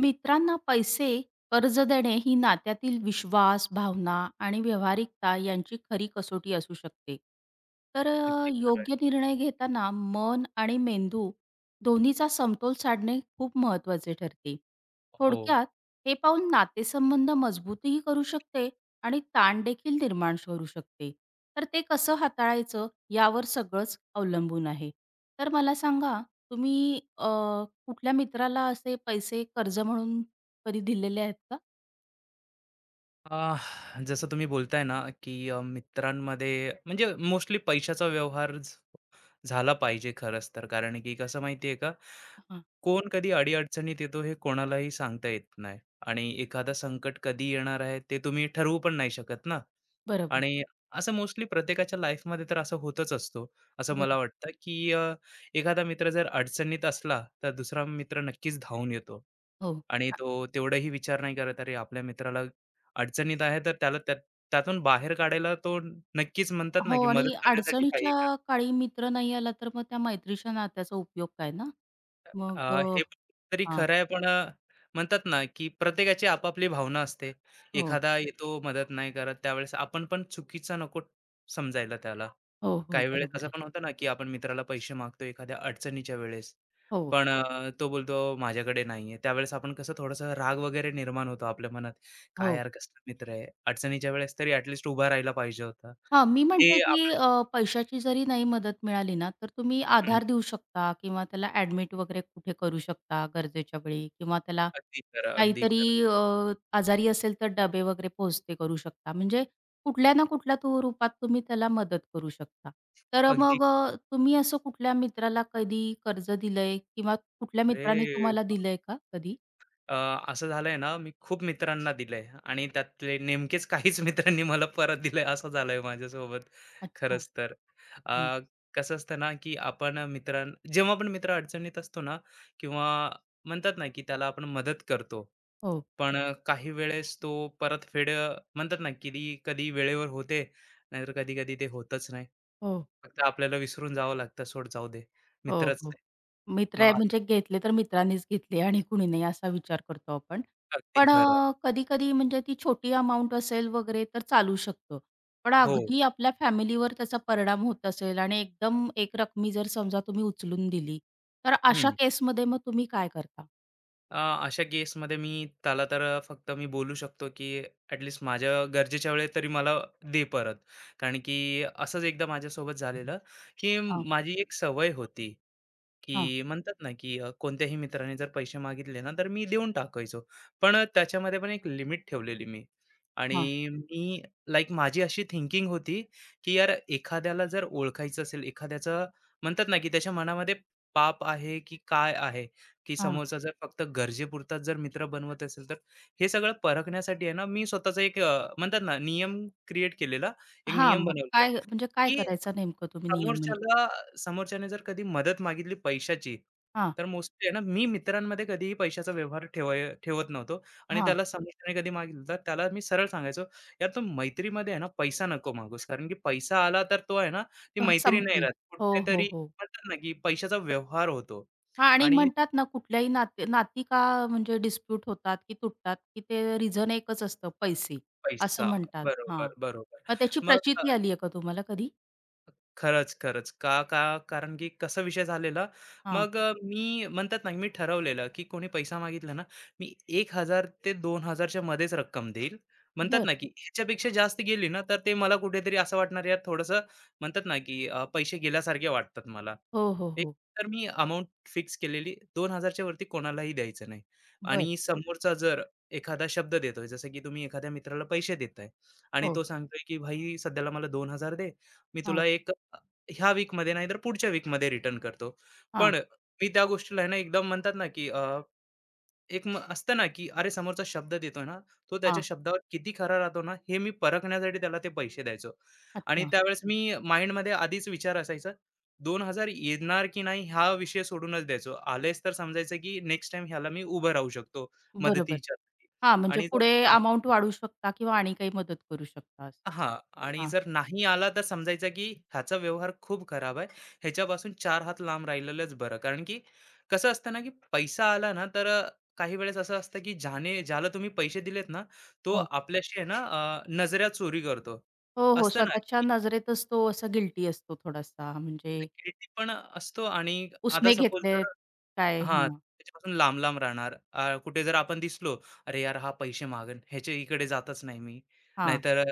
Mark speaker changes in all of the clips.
Speaker 1: मित्रांना पैसे, कर्ज देणे ही नात्यातील विश्वास, भावना आणि व्यावहारिकता यांची खरी कसोटी असू शकते. तर
Speaker 2: अगदी खरं आहे.
Speaker 1: योग्य निर्णय घेताना मन आणि मेंदू दोन्हीचा समतोल साधणे खूप महत्त्वाचे ठरते.
Speaker 2: हो.
Speaker 1: थोडक्यात हे पाऊल नातेसंबंध मजबूतही करू शकते आणि ताणदेखील निर्माण करू शकते. तर ते कसं हाताळायचं यावर सगळंच अवलंबून आहे. तर मला सांगा तुम्ही कुठल्या मित्राला असे पैसे कर्ज म्हणून कधी दिलेले आहेत का?
Speaker 2: जसं तुम्ही बोलताय ना, की मित्रांमध्ये म्हणजे मोस्टली पैशाचा व्यवहार झाला पाहिजे खरंच तर. कारण की कसं माहिती का
Speaker 1: हां,
Speaker 2: कोण कधी अडी-अडचणीत येतो हे कोणालाही सांगता येत नाही आणि एखादा संकट कधी येणार आहे ते तुम्ही ठरवू पण नाही शकत ना
Speaker 1: बरोबर,
Speaker 2: आणि असं मोस्टली प्रत्येकाच्या लाईफमध्ये तर असं होतच असतो. असं मला
Speaker 1: बरोबर.
Speaker 2: वाटतं, की एखादा मित्र जर अडचणीत असला तर दुसरा मित्र नक्कीच धावून येतो
Speaker 1: हो.
Speaker 2: आणि तो तेवढाही विचार नाही करत, "अरे आपल्या मित्राला अडचणीत आहे तर त्याला त्यात त्यातून बाहेर काढायला तो नक्कीच म्हणतात ना,
Speaker 1: हो
Speaker 2: की मदत
Speaker 1: आणि
Speaker 2: करण्यासाठी काही
Speaker 1: अडचणीच्या काळी मित्र नाही आला तर मग त्या मैत्रीच्या नात्याचा उपयोग काय ना? मग
Speaker 2: हे तरी
Speaker 1: हां.
Speaker 2: खरं आहे पण म्हणतात ना, की प्रत्येकाची आपापली भावना असते.
Speaker 1: हो.
Speaker 2: एखादा येतो मदत नाही करत, त्यावेळेस आपण पण चुकीचा नको समजायला त्याला.
Speaker 1: हो, हो.
Speaker 2: काही वेळेस
Speaker 1: बरोबर
Speaker 2: असं
Speaker 1: आहे.
Speaker 2: पण होतं ना, की आपण मित्राला पैसे मागतो एखाद्या अडचणीच्या वेळेस,
Speaker 1: हो,
Speaker 2: पण तो बोलतो माझ्याकडे नाहीये. त्यावेळेस आपण कसं थोडासा राग वगैरे निर्माण होतो आपल्या मनात. काय
Speaker 1: हो.
Speaker 2: यार कसला मित्र आहे. अडचणीच्या वेळेस तरी ॲटलीस्ट उभा राहायला पाहिजे होता.
Speaker 1: हां, मी म्हणतो,
Speaker 2: हे
Speaker 1: की
Speaker 2: आपल्या
Speaker 1: पैशाची जरी नाही मदत मिळाली ना, तर तुम्ही
Speaker 2: हं,
Speaker 1: आधार देऊ शकता किंवा त्याला ॲडमिट वगैरे कुठे करू शकता गरजेच्या वेळी किंवा त्याला
Speaker 2: अगदी खरं, अगदी
Speaker 1: काहीतरी
Speaker 2: खरं.
Speaker 1: आजारी असेल तर डबे वगैरे पोहचते करू शकता. म्हणजे कुठल्या ना कुठल्या तो रूपात तुम्ही त्याला मदत करू शकता. तर
Speaker 2: अगदी
Speaker 1: मग तुम्ही असं कुठल्या मित्राला कधी कर्ज दिलंय किंवा कुठल्या मित्राने
Speaker 2: अरे!
Speaker 1: तुम्हाला दिलंय का कधी?
Speaker 2: अ, असं झालंय ना, मी खूप मित्रांना दिलंय आणि त्यातले नेमकेच काहीच मित्रांनी मला परत दिलंय, असं झालंय माझ्यासोबत
Speaker 1: अच्छा.
Speaker 2: खरंच तर. अ,
Speaker 1: हं.
Speaker 2: कसं असतं ना, की आपण मित्रां जेव्हा पण मित्र अडचणीत असतो ना किंवा म्हणतात ना, की त्याला आपण मदत करतो.
Speaker 1: हो,
Speaker 2: पण काही वेळेस तो परतफेड म्हणतात ना, की ती कधी वेळेवर होते, नाहीतर कधी-कधी ते होतच नाही.
Speaker 1: हो.
Speaker 2: फक्त आपल्याला विसरून जावं लागतं, "सोड जाऊ दे,
Speaker 1: हो,
Speaker 2: मित्रच
Speaker 1: हो.
Speaker 2: आहे."
Speaker 1: मित्र
Speaker 2: मग
Speaker 1: आहे
Speaker 2: असं
Speaker 1: म्हणजे घेतले तर मित्रांनीच घेतले आणि कुणी नाही असा विचार करतो आपण.
Speaker 2: अगदी
Speaker 1: पण
Speaker 2: खरं.
Speaker 1: कधी-कधी म्हणजे ती छोटी अमाउंट असेल वगैरे तर चालू शकतं. पण
Speaker 2: हो.
Speaker 1: अगदी आपल्या फॅमिलीवर त्याचा परिणाम होत असेल आणि एकदम एक एकरकमी जर समजा तुम्ही उचलून दिली, तर अशा
Speaker 2: हं.
Speaker 1: केसमध्ये मग तुम्ही काय करता?
Speaker 2: अ, अशा केसमध्ये मी त्याला तर फक्त मी बोलू शकतो की ॲटलीस्ट माझ्या गरजेच्या वेळेत तरी मला दे परत कारण की असंच एकदा माझ्यासोबत झालेलं की
Speaker 1: हां,
Speaker 2: माझी एक सवय होती की
Speaker 1: हां,
Speaker 2: म्हणतात ना की कोणत्याही मित्राने जर पैसे मागितले ना, तर मी देऊन टाकायचो. पण त्याच्यामध्ये पण एक लिमिट ठेवलेली मी. आणि
Speaker 1: हां,
Speaker 2: मी लाइक माझी अशी थिंकिंग होती, की यार एखाद्याला जर ओळखायचं असेल, एखाद्याचं म्हणतात ना की त्याच्या मनामध्ये पाप आहे की काय आहे, की
Speaker 1: हां.
Speaker 2: समोरचा जर फक्त गरजेपुरताच जर मित्र बनवत असेल, तर हे सगळं परखण्यासाठी आहे ना, मी स्वतःचा एक म्हणतात ना नियम क्रिएट केलेला, एक
Speaker 1: हां,
Speaker 2: नियम
Speaker 1: मग
Speaker 2: बनवलेला.
Speaker 1: काय म्हणजे काय
Speaker 2: की
Speaker 1: करायचा नेमकं तुम्ही नियम म्हणजे?
Speaker 2: समोरच्याला समोरच्याने जर कधी मदत मागितली पैशाची,
Speaker 1: हां,
Speaker 2: तर मोस्टली आहे ना, मी मित्रांमध्ये कधीही पैशाचा व्यवहार ठेवत नव्हतो आणि
Speaker 1: हां.
Speaker 2: त्याला समोरच्याने कधी मागितलं, तर त्याला मी सरळ सांगायचो, "यार तू मैत्रीमध्ये आहे ना, पैसा नको मागूस, कारण की पैसा आला तर तो आहे ना, ती मैत्री नाही
Speaker 1: संपली.
Speaker 2: राहत.
Speaker 1: हो, हो,
Speaker 2: कुठेतरी
Speaker 1: हो.
Speaker 2: म्हणतात ना, की पैशाचा व्यवहार होतो
Speaker 1: हां आणि
Speaker 2: आणि
Speaker 1: म्हणतात ना कुठल्याही नाते नाती का म्हणजे डिस्प्यूट होतात की तुटतात, की ते रिझन एकच असतं पैसे,
Speaker 2: पैसा."
Speaker 1: असं म्हणतात. हां.
Speaker 2: बरोबर, बरोबर.
Speaker 1: मग त्याची
Speaker 2: मग
Speaker 1: प्रचिती आली आहे का तुम्हाला कधी?
Speaker 2: खरंच, खरंच. का का कारण की कसा विषय झालेला,
Speaker 1: हां.
Speaker 2: मग मी म्हणतात ना, मी ठरवलेलं की कोणी पैसा मागितला ना, मी 1,000 ते 2000 च्या मध्येच रक्कम देईल. म्हणतात
Speaker 1: बर,
Speaker 2: ना, की ह्याच्यापेक्षा जास्त गेली ना, तर ते मला कुठेतरी असं वाटणार यार थोडंसं म्हणतात ना, की पैसे गेल्यासारखे वाटतात मला.
Speaker 1: हो, हो,
Speaker 2: एक
Speaker 1: हो.
Speaker 2: तर मी अमाउंट फिक्स केलेली 2000 च्या वरती कोणालाही द्यायचं नाही.
Speaker 1: बरं.
Speaker 2: आणि समोरचा जर एखादा शब्द देतोय, जसं की तुम्ही एखाद्या मित्राला पैसे देताय आणि
Speaker 1: हो.
Speaker 2: तो सांगतोय, की "भाई सध्याला मला 2000 दे, मी
Speaker 1: हां,
Speaker 2: तुला एक ह्या वीकमध्ये नाहीतर पुढच्या वीकमध्ये रिटर्न करतो.
Speaker 1: हां,
Speaker 2: पण मी त्या गोष्टीला आहे ना एकदम म्हणतात ना, की एक असतं ना, की अरे समोरचा शब्द देतोय ना, तो त्याच्या
Speaker 1: हां.
Speaker 2: शब्दावर किती खरा राहतो ना, हे मी परखण्यासाठी त्याला ते पैसे द्यायचो. आणि
Speaker 1: अच्छा.
Speaker 2: त्यावेळेस मी माइंडमध्ये आधीच विचार असायचा 2,000 येणार की नाही हा विषय सोडूनच द्यायचो. आलेच तर समजायचं, की नेक्स्ट टाईम ह्याला मी उभं राहू शकतो
Speaker 1: बरोबर.
Speaker 2: मदतीच्या.
Speaker 1: हां, म्हणजे
Speaker 2: आणि जर
Speaker 1: पुढे अमाउंट वाढवू शकता किंवा आणि काही मदत करू शकता.
Speaker 2: हां. आणि
Speaker 1: हां.
Speaker 2: जर नाही आला तर समजायचं की ह्याचा व्यवहार खूप खराब आहे. ह्याच्यापासून चार हात लांब राहिलेलंच बरं. कारण की कसं असतं ना, की पैसा आला ना, तर काही वेळेस असं असतं की ज्याने ज्याला तुम्ही पैसे दिलेत ना, तो
Speaker 1: हो.
Speaker 2: आपल्याशी आहे ना नजऱ्या चोरी करतो.
Speaker 1: हो, हो.
Speaker 2: असतं ना,
Speaker 1: स्वतःच्या
Speaker 2: की
Speaker 1: नजरेतच तो असा गिल्टी असतो थोडासा म्हणजे
Speaker 2: गिल्टी पण असतो आणि आता
Speaker 1: उसने
Speaker 2: सपोज
Speaker 1: घेतलेत काय?
Speaker 2: हां,
Speaker 1: हां.
Speaker 2: त्याच्यापासून लांब-लांब राहणार. कुठे जर आपण दिसलो, "अरे यार, हा पैसे मागन ह्याच्या इकडे जातच नाही मी."
Speaker 1: हां.
Speaker 2: नाहीतर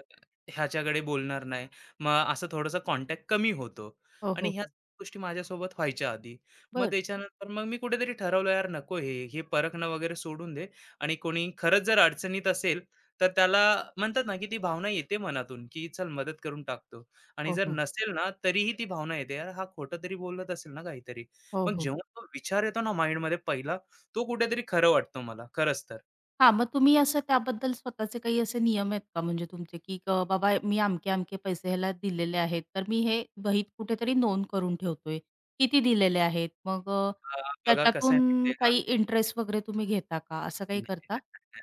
Speaker 2: ह्याच्याकडे बोलणार नाही. मग असं थोडंसं कॉन्टॅक्ट कमी होतो
Speaker 1: हो,
Speaker 2: आणि
Speaker 1: हो,
Speaker 2: ह्या
Speaker 1: हो.
Speaker 2: गोष्टी माझ्यासोबत व्हायच्या आधी. मग
Speaker 1: बरं.
Speaker 2: त्याच्यानंतर मग मी कुठेतरी ठरवलं, "यार नको हे परखणं वगैरे सोडून दे." आणि कोणी खरंच जर अडचणीत असेल, तर त्याला म्हणतात ना, की ती भावना येते मनातून, की चल मदत करून टाकतो आणि
Speaker 1: हो,
Speaker 2: जर
Speaker 1: हो.
Speaker 2: नसेल ना, तरीही ती भावना येते, "यार, हा खोटं तरी बोलत असेल ना काहीतरी."
Speaker 1: हो,
Speaker 2: मग
Speaker 1: हो.
Speaker 2: जेव्हा तो विचार येतो ना माइंडमध्ये पहिला, तो कुठेतरी खरं वाटतो मला खरंच तर.
Speaker 1: हां, मग तुम्ही असं त्याबद्दल स्वतःचे काही असे नियम आहेत का म्हणजे तुमचे, की बाबा मी अमके-अमके पैसे ह्याला दिलेले आहेत, तर मी हे वहीत कुठेतरी नोंद करून ठेवतोय. किती दिलेले आहेत? मग
Speaker 2: अ, बघा कसं आहे
Speaker 1: त्याच्यातून
Speaker 2: माहिती का
Speaker 1: काही इंटरेस्ट वगैरे तुम्ही घेता का? असं काही
Speaker 2: नाही, नाही.
Speaker 1: करता?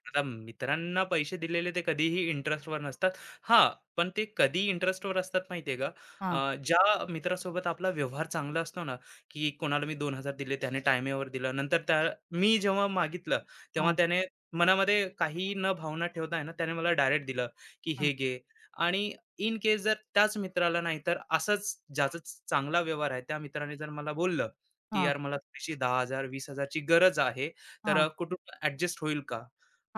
Speaker 2: आता मित्रांना पैसे दिलेले ते कधीही इंटरेस्टवर नसतात. हां, पण ते कधी इंटरेस्टवर असतात माहितीये का?
Speaker 1: हां,
Speaker 2: ज्या मित्रासोबत आपला व्यवहार चांगला असतो ना, की कोणाला मी 2,000 दिले, त्याने टायमेवर दिलं. नंतर त्या मी जेव्हा मागितलं, तेव्हा
Speaker 1: हां,
Speaker 2: त्याने मनामध्ये काही न भावना ठेवता आहे ना, त्याने मला डायरेक्ट दिलं, की "हे
Speaker 1: हां,
Speaker 2: घे." आणि इन केस जर त्याच मित्राला नाही तर असंच ज्याचा चांगला व्यवहार आहे, त्या मित्राने जर मला बोललं, की
Speaker 1: हां,
Speaker 2: "यार मला थोडीशी 10,000, 20,000ची गरज आहे." तर
Speaker 1: हां,
Speaker 2: कुटुंब ॲडजस्ट होईल का?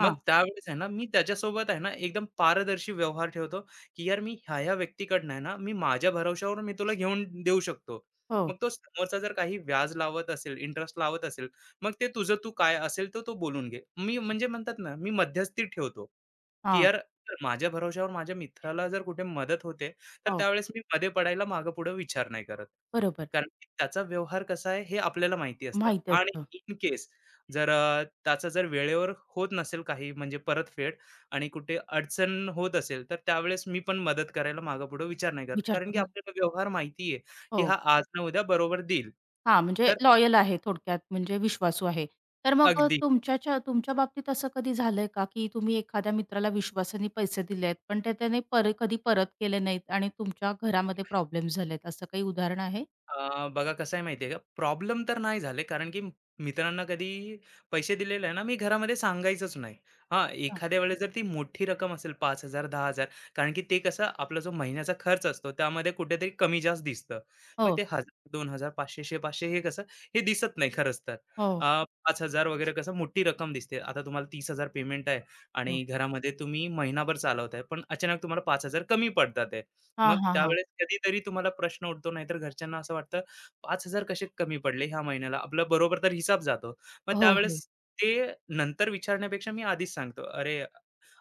Speaker 2: मग त्यावेळेस आहे ना, मी त्याच्यासोबत आहे ना, एकदम पारदर्शी व्यवहार ठेवतो, की यार मी ह्या-ह्या व्यक्तीकडनं आहे ना, मी माझ्या भरवशावर मी तुला घेऊन देऊ शकतो.
Speaker 1: हो,
Speaker 2: मग तो समोरचा जर काही व्याज लावत असेल, इंटरेस्ट लावत असेल, मग ते तुझं तू काय असेल तर तो बोलून घे. मी म्हणजे म्हणतात ना, मी मध्यस्थी ठेवतो, की
Speaker 1: हां,
Speaker 2: यार माझ्या भरवशावर माझ्या मित्राला जर कुठे मदत होते, तर
Speaker 1: हो.
Speaker 2: त्यावेळेस मी मध्ये पडायला मागे-पुढे विचार नाही करत.
Speaker 1: बरोबर.
Speaker 2: कारण की त्याचा व्यवहार कसा आहे हे आपल्याला माहिती असतं
Speaker 1: माहिती
Speaker 2: आणि
Speaker 1: असतं.
Speaker 2: इन केस जर त्याचा जर वेळेवर होत नसेल काही म्हणजे परतफेड आणि कुठे अडचण होत असेल, तर त्यावेळेस मी पण मदत करायला मागेपुढे विचार नाही करत.
Speaker 1: विचार
Speaker 2: कारण की
Speaker 1: करून.
Speaker 2: आपल्याला व्यवहार माहिती आहे, की
Speaker 1: हो.
Speaker 2: हा आज ना उद्या बरोबर देईल.
Speaker 1: हां, म्हणजे
Speaker 2: तर
Speaker 1: लॉयल आहे थोडक्यात म्हणजे विश्वासू आहे. तर मग
Speaker 2: अगदी
Speaker 1: तुमच्याच्या तुमच्या बाबतीत असं कधी झालंय का, की तुम्ही एखाद्या मित्राला विश्वासाने पैसे दिले आहेत, पण ते त्याने पर कधी परत केले नाहीत आणि तुमच्या घरामध्ये प्रॉब्लेम्स झालेत, असं काही उदाहरण आहे?
Speaker 2: बघा कसं आहे माहिती आहे का, प्रॉब्लेम तर नाही झाले, कारण की मित्रांना कधी पैसे दिलेले आहे ना, मी घरामध्ये सांगायचंच नाही. हां,
Speaker 1: हां.
Speaker 2: एखाद्या वेळेस जर ती मोठी रक्कम असेल 5,000, 10,000 कारण की ते कसं आपला जो महिन्याचा खर्च असतो, त्यामध्ये कुठेतरी कमी-जास्त दिसतं. मग
Speaker 1: हो,
Speaker 2: ते 1,000, 2,000, 500, 500 हे कसं, हे दिसत नाही खरंच तर.
Speaker 1: हो,
Speaker 2: अ, 5,000 वगैरे कसं मोठी रक्कम दिसते. आता तुम्हाला 30,000 पेमेंट आहे
Speaker 1: हो.
Speaker 2: आणि घरामध्ये तुम्ही महिनाभर चालवताय, पण अचानक तुम्हाला 5,000 कमी पडतात
Speaker 1: हां,
Speaker 2: मग
Speaker 1: हां, हां.
Speaker 2: त्यावेळेस कधीतरी तुम्हाला प्रश्न उठतो, नाहीतर घरच्यांना असं वाटतं, 5,000 कसे कमी पडले ह्या महिन्याला? आपला बरोबर तर हिसाब जातो. मग
Speaker 1: हो, हो.
Speaker 2: त्यावेळेस ते नंतर विचारण्यापेक्षा मी आधीच सांगतो, "अरे,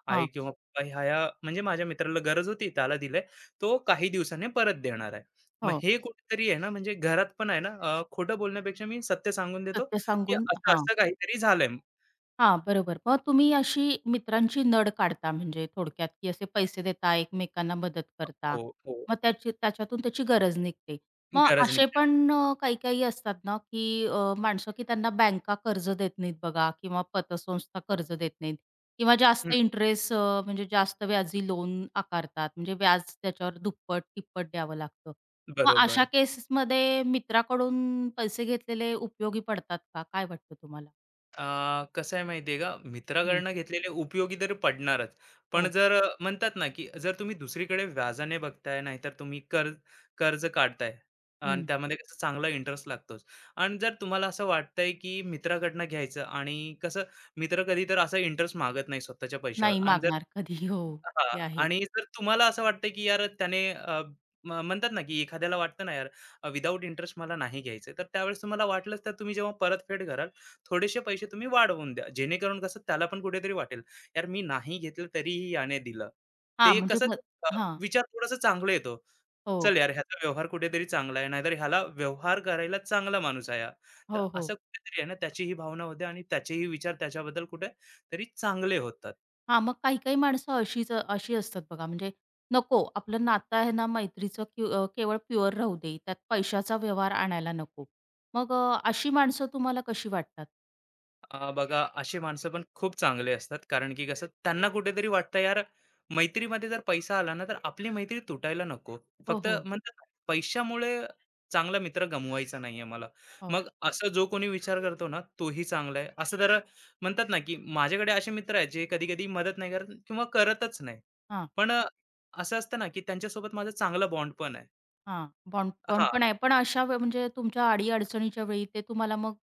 Speaker 2: आई
Speaker 1: हां,
Speaker 2: किंवा पप्पा ह्या-ह्या म्हणजे माझ्या मित्राला गरज होती, त्याला दिलंय. तो काही दिवसांनी परत देणार आहे." मग
Speaker 1: हो.
Speaker 2: हे कुठेतरी आहे ना, म्हणजे घरात पण आहे ना, खोटं बोलण्यापेक्षा मी सत्य सांगून देतो,
Speaker 1: सत्य
Speaker 2: की
Speaker 1: सांगून हां.
Speaker 2: असं-असं काहीतरी झालंय.
Speaker 1: हां, बरोबर. मग तुम्ही अशी मित्रांची नड काढता म्हणजे थोडक्यात, की असे पैसे देता, एकमेकांना मदत करता.
Speaker 2: हो, हो.
Speaker 1: मग त्याची त्याच्यातून त्याची गरज निघते. मग
Speaker 2: गरज
Speaker 1: असे
Speaker 2: निघते.
Speaker 1: पण काही-काही असतात ना, की माणसं की त्यांना बँका कर्ज देत नाहीत बघा किंवा पतसंस्था कर्ज देत नाहीत किंवा
Speaker 2: हं,
Speaker 1: जास्त इंटरेस्ट म्हणजे जास्त व्याजी लोन आकारतात. म्हणजे व्याज त्याच्यावर दुप्पट, तिप्पट द्यावं लागतं. मग अशा
Speaker 2: बरोबर.
Speaker 1: केसेसमध्ये मित्राकडून पैसे घेतलेले उपयोगी पडतात का? काय वाटतं तुम्हाला?
Speaker 2: कसं आहे माहिती आहे का,
Speaker 1: हं.
Speaker 2: मित्राकडनं घेतलेले उपयोगी तर पडणारच. पण
Speaker 1: हो.
Speaker 2: जर म्हणतात ना, की जर तुम्ही दुसरीकडे व्याजाने बघताय, नाहीतर तुम्ही कर्ज कर्ज काढताय आणि त्यामध्ये कसं चांगला इंटरेस्ट लागतोच. आणि जर तुम्हाला असं वाटतंय, की मित्राकडनं घ्यायचं आणि कसं मित्र कधी तर असा इंटरेस्ट मागत नाही स्वतःच्या पैशावर
Speaker 1: नाही
Speaker 2: आणि जर
Speaker 1: मागणार कधी. हो,
Speaker 2: हां.
Speaker 1: ते आहे.
Speaker 2: आणि जर तुम्हाला असं वाटतं, की यार त्याने म्हणतात ना, की एखाद्याला वाटतं ना, यार विथआऊट इंटरेस्ट मला नाही घ्यायचं. तर त्यावेळेस तुम्हाला वाटलंच, तर तुम्ही जेव्हा परतफेड कराल थोडेसे पैसे तुम्ही वाढवून द्या जेणेकरून कसं त्याला पण कुठेतरी वाटेल यार मी नाही घेतलं तरीही याने दिलं
Speaker 1: हां,
Speaker 2: ते एक
Speaker 1: म्हणजे
Speaker 2: कसं
Speaker 1: मग
Speaker 2: अ,
Speaker 1: हां.
Speaker 2: विचार थोडासा चांगला येतो
Speaker 1: हो,
Speaker 2: चल यार ह्याचा व्यवहार कुठेतरी चांगला आहे नाहीतर ह्याला व्यवहार करायला चांगला माणूस आहे हा. तर
Speaker 1: हो, हो.
Speaker 2: असं कुठेतरी आहे ना त्याचीही भावना होते आणि त्याचेही विचार त्याच्याबद्दल कुठे तरी चांगले होतात
Speaker 1: हां, मग काही-काही माणसं अशीच अशी असतात बघा, म्हणजे नको आपलं नातं आहे ना मैत्रीचं क्यू केवळ प्युअर राहू दे, त्यात पैशाचा व्यवहार आणायला नको. मग अशी माणसं तुम्हाला कशी वाटतात?
Speaker 2: बघा अशी माणसं पण खूप चांगले असतात कारण की कसं त्यांना कुठेतरी वाटतं यार मैत्रीमध्ये जर पैसा आला ना तर आपली मैत्री तुटायला नको
Speaker 1: हो,
Speaker 2: फक्त
Speaker 1: हो,
Speaker 2: म्हणतात ना, पैशामुळे चांगला मित्र गमवायचा नाहीये मला
Speaker 1: हो.
Speaker 2: मग असं जो कोणी विचार करतो ना तोही चांगला आहे असं जर म्हणतात ना की माझ्याकडे असे मित्र आहेत जे कधी कधी मदत नाही करत किंवा करतच नाही
Speaker 1: हां,
Speaker 2: पण असं असतं ना की त्यांच्यासोबत माझा चांगला बॉन्ड पण आहे
Speaker 1: हां. बॉन्ड
Speaker 2: हा
Speaker 1: बॉन्ड पण आहे. पण अशा वे म्हणजे तुमच्या अडी-अडचणीच्या वेळी ते तुम्हाला मग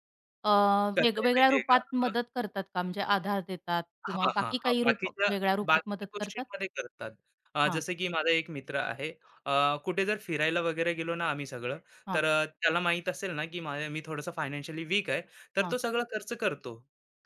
Speaker 1: अ,
Speaker 2: कसं आहे
Speaker 1: वेगवेगळ्या
Speaker 2: माहितीये का
Speaker 1: रूपात मदत करतात का? म्हणजे आधार देतात किंवा
Speaker 2: हां, हां,
Speaker 1: बाकी
Speaker 2: हां.
Speaker 1: काही रूप
Speaker 2: बाकीच्या
Speaker 1: वेगळ्या रूपात मदत
Speaker 2: बाकीच्या
Speaker 1: करतात?
Speaker 2: गोष्टींमध्ये करतात. जसं की माझा एक मित्र आहे. अ, कुठे जर फिरायला वगैरे गेलो ना आम्ही सगळं,
Speaker 1: हां.
Speaker 2: तर त्याला माहीत असेल ना, की माझ्या मी थोडंसं फायनान्शियली वीक आहे, तर
Speaker 1: हां,
Speaker 2: तो सगळा खर्च करतो.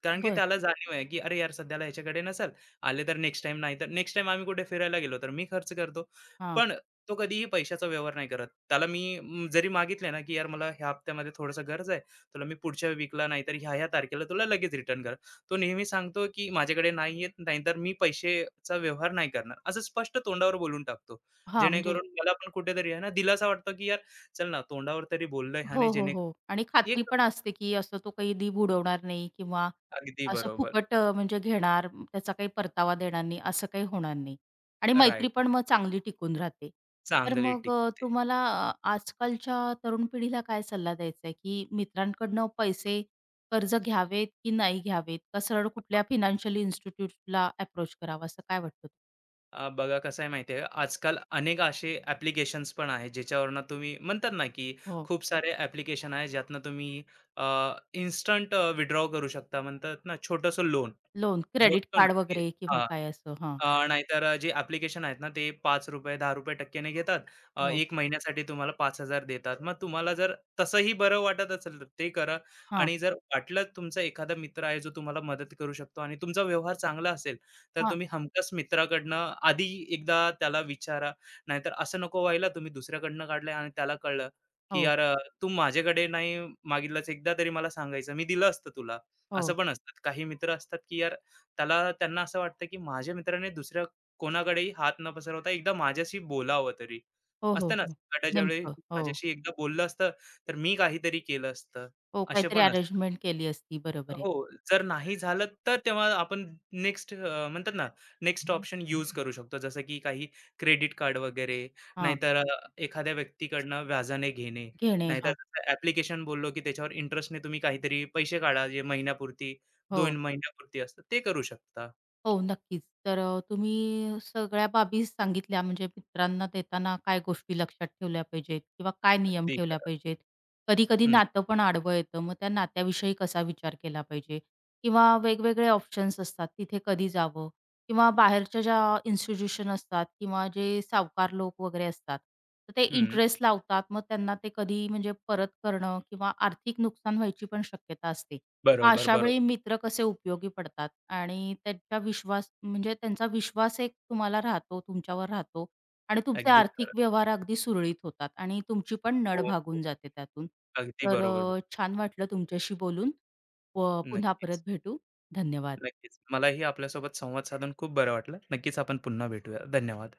Speaker 2: कारण की
Speaker 1: बर,
Speaker 2: त्याला जाणीव आहे, की "अरे यार, सध्याला ह्याच्याकडे नसेल, आले तर नेक्स्ट टाईम, नाहीतर नेक्स्ट टाईम आम्ही कुठे फिरायला गेलो तर मी खर्च करतो."
Speaker 1: हां,
Speaker 2: पण तो कधीही पैशाचा व्यवहार नाही करत. त्याला मी जरी मागितले ना, की "यार, मला ह्या हप्त्यामध्ये थोडंसं गरज आहे, तुला मी पुढच्या वीकला नाहीतर ह्या-ह्या तारखेला तुला लगेच रिटर्न कर." तो नेहमी सांगतो की माझ्याकडे नाहीयेत, नाहीतर मी पैशाचा व्यवहार नाही करणार. असं स्पष्ट तोंडावर बोलून टाकतो.
Speaker 1: हां, म्हणजे
Speaker 2: जेणेकरून मला पण कुठेतरी आहे ना, दिलासा वाटतो की यार चल ना, तोंडावर तरी बोललोय ह्याने
Speaker 1: हो, हो,
Speaker 2: जेणे
Speaker 1: हो. आणि खात्री
Speaker 2: एक
Speaker 1: पण असते, की असं तो काही दीप उडवणार नाही किंवा
Speaker 2: अगदी
Speaker 1: असं
Speaker 2: बरोबर.
Speaker 1: फुकट म्हणजे घेणार, म, त्याचा काही परतावा देणार नाही, असं काही होणार नाही. आणि मैत्री
Speaker 2: राइट.
Speaker 1: पण मग चांगली टिकून राहते. तर
Speaker 2: चांगली
Speaker 1: मग
Speaker 2: टिकते.
Speaker 1: तुम्हाला आजकालच्या तरुण पिढीला काय सल्ला द्यायचा आहे, की मित्रांकडनं पैसे कर्ज घ्यावेत की नाही घ्यावेत? का सरळ कुठल्या फायनान्शियल इन्स्टिट्यूटला अप्रोच करावा, असं काय वाटतं?
Speaker 2: बघा कसं आहे माहिती आहे आजकाल अनेक असे ॲप्लिकेशन्स पण आहेत, ज्याच्यावरनं तुम्ही म्हणतात ना, की
Speaker 1: हो,
Speaker 2: खूप सारे ॲप्लिकेशन आहेत, ज्यातनं तुम्ही इन्स्टंट करू शकता. म्हणतात ना, छोटंसं लोन
Speaker 1: लोन,
Speaker 2: जो
Speaker 1: क्रेडिट
Speaker 2: असतो ना,
Speaker 1: कार्ड
Speaker 2: की
Speaker 1: वगैरे किंवा काय असं? हां,
Speaker 2: नाहीतर जे ॲप्लिकेशन आहेत ना, ते ₹5, ₹10 टक्क्याने घेतात.
Speaker 1: हो,
Speaker 2: 1 महिन्यासाठी तुम्हाला 5,000 देतात. मग तुम्हाला जर तसंही बरं वाटत असेल, तर ते करा
Speaker 1: हां.
Speaker 2: आणि जर वाटलं तुमचा एखादा मित्र आहे, जो तुम्हाला मदत करू शकतो आणि तुमचा व्यवहार चांगला असेल, तर
Speaker 1: हां.
Speaker 2: तुम्ही हमखास मित्राकडनं आधी एकदा त्याला विचारा. नाहीतर असं नको व्हायला, तुम्ही दुसऱ्याकडनं काढलंय आणि त्याला कळलं, की
Speaker 1: हो,
Speaker 2: "यार तू माझ्याकडे नाही मागितलंस, एकदा तरी मला सांगायचं, मी दिलं असतं तुला." असं
Speaker 1: हो.
Speaker 2: पण असतात. काही मित्र असतात, की यार त्यांना असं वाटतं, की माझ्या मित्राने दुसऱ्या कोणाकडेही हात न पसरवता एकदा माझ्याशी बोलावं तरी.
Speaker 1: हो, हो,
Speaker 2: असतं ना,
Speaker 1: हो.
Speaker 2: गटाच्या वेळी
Speaker 1: नेमकं. हो.
Speaker 2: माझ्याशी एकदा बोललं असतं, तर मी काहीतरी केलं असतं.
Speaker 1: हो,
Speaker 2: असे
Speaker 1: काहीतरी
Speaker 2: पण असतात
Speaker 1: अरेंजमेंट केली असती. बरोबर आहे.
Speaker 2: हो, जर नाही झालं, तर तेव्हा आपण नेक्स्ट म्हणतात ना, नेक्स्ट ऑप्शन यूज करू शकतो. जसं की काही क्रेडिट कार्ड वगैरे,
Speaker 1: हां.
Speaker 2: नाहीतर एखाद्या व्यक्तीकडनं व्याजाने घेणे,
Speaker 1: घेणे.
Speaker 2: नाहीतर
Speaker 1: हां.
Speaker 2: जसं बोललो, की त्याच्यावर इंटरेस्टने तुम्ही काहीतरी पैसे काढा, जे महिन्यापुरती, 2
Speaker 1: हो.
Speaker 2: महिन्यापुरती असतं, ते करू शकता.
Speaker 1: हो, नक्कीच. तर तुम्ही सगळ्या बाबी सांगितल्या म्हणजे मित्रांना देताना काय गोष्टी लक्षात ठेवल्या पाहिजेत किंवा काय नियम
Speaker 2: अगदी
Speaker 1: ठेवल्या
Speaker 2: खरं.
Speaker 1: पाहिजेत. कधी-कधी
Speaker 2: हं,
Speaker 1: नातं पण आडवं येतं, मग त्या नात्याविषयी कसा विचार केला पाहिजे किंवा वेगवेगळे ऑप्शन्स असतात, तिथे कधी जावं किंवा बाहेरच्या ज्या इन्स्टिट्यूशन असतात किंवा जे सावकार लोक वगैरे असतात, तर ते
Speaker 2: हं.
Speaker 1: इंटरेस्ट लावतात. मग त्यांना ते कधी म्हणजे परत करणं किंवा आर्थिक नुकसान व्हायची पण शक्यता असते.
Speaker 2: बरोबर,
Speaker 1: अशा
Speaker 2: बरोबर.
Speaker 1: वेळी मित्र कसे उपयोगी पडतात आणि त्यांचा विश्वास म्हणजे त्यांचा विश्वास एक तुम्हाला राहतो, तुमच्यावर राहतो आणि तुमचे
Speaker 2: अगदी
Speaker 1: आर्थिक
Speaker 2: खरं.
Speaker 1: व्यवहार अगदी सुरळीत होतात आणि तुमची पण नड
Speaker 2: हो, हो.
Speaker 1: भागून जाते त्यातून.
Speaker 2: अगदी
Speaker 1: तर
Speaker 2: बरोबर. बोल
Speaker 1: छान वाटलं तुमच्याशी बोलून. व पुन्हा परत
Speaker 2: नक्कीच,
Speaker 1: भेटू. धन्यवाद.
Speaker 2: नक्कीच. मलाही आपल्यासोबत संवाद साधून खूप बरं वाटलं. नक्कीच आपण पुन्हा भेटूया. धन्यवाद.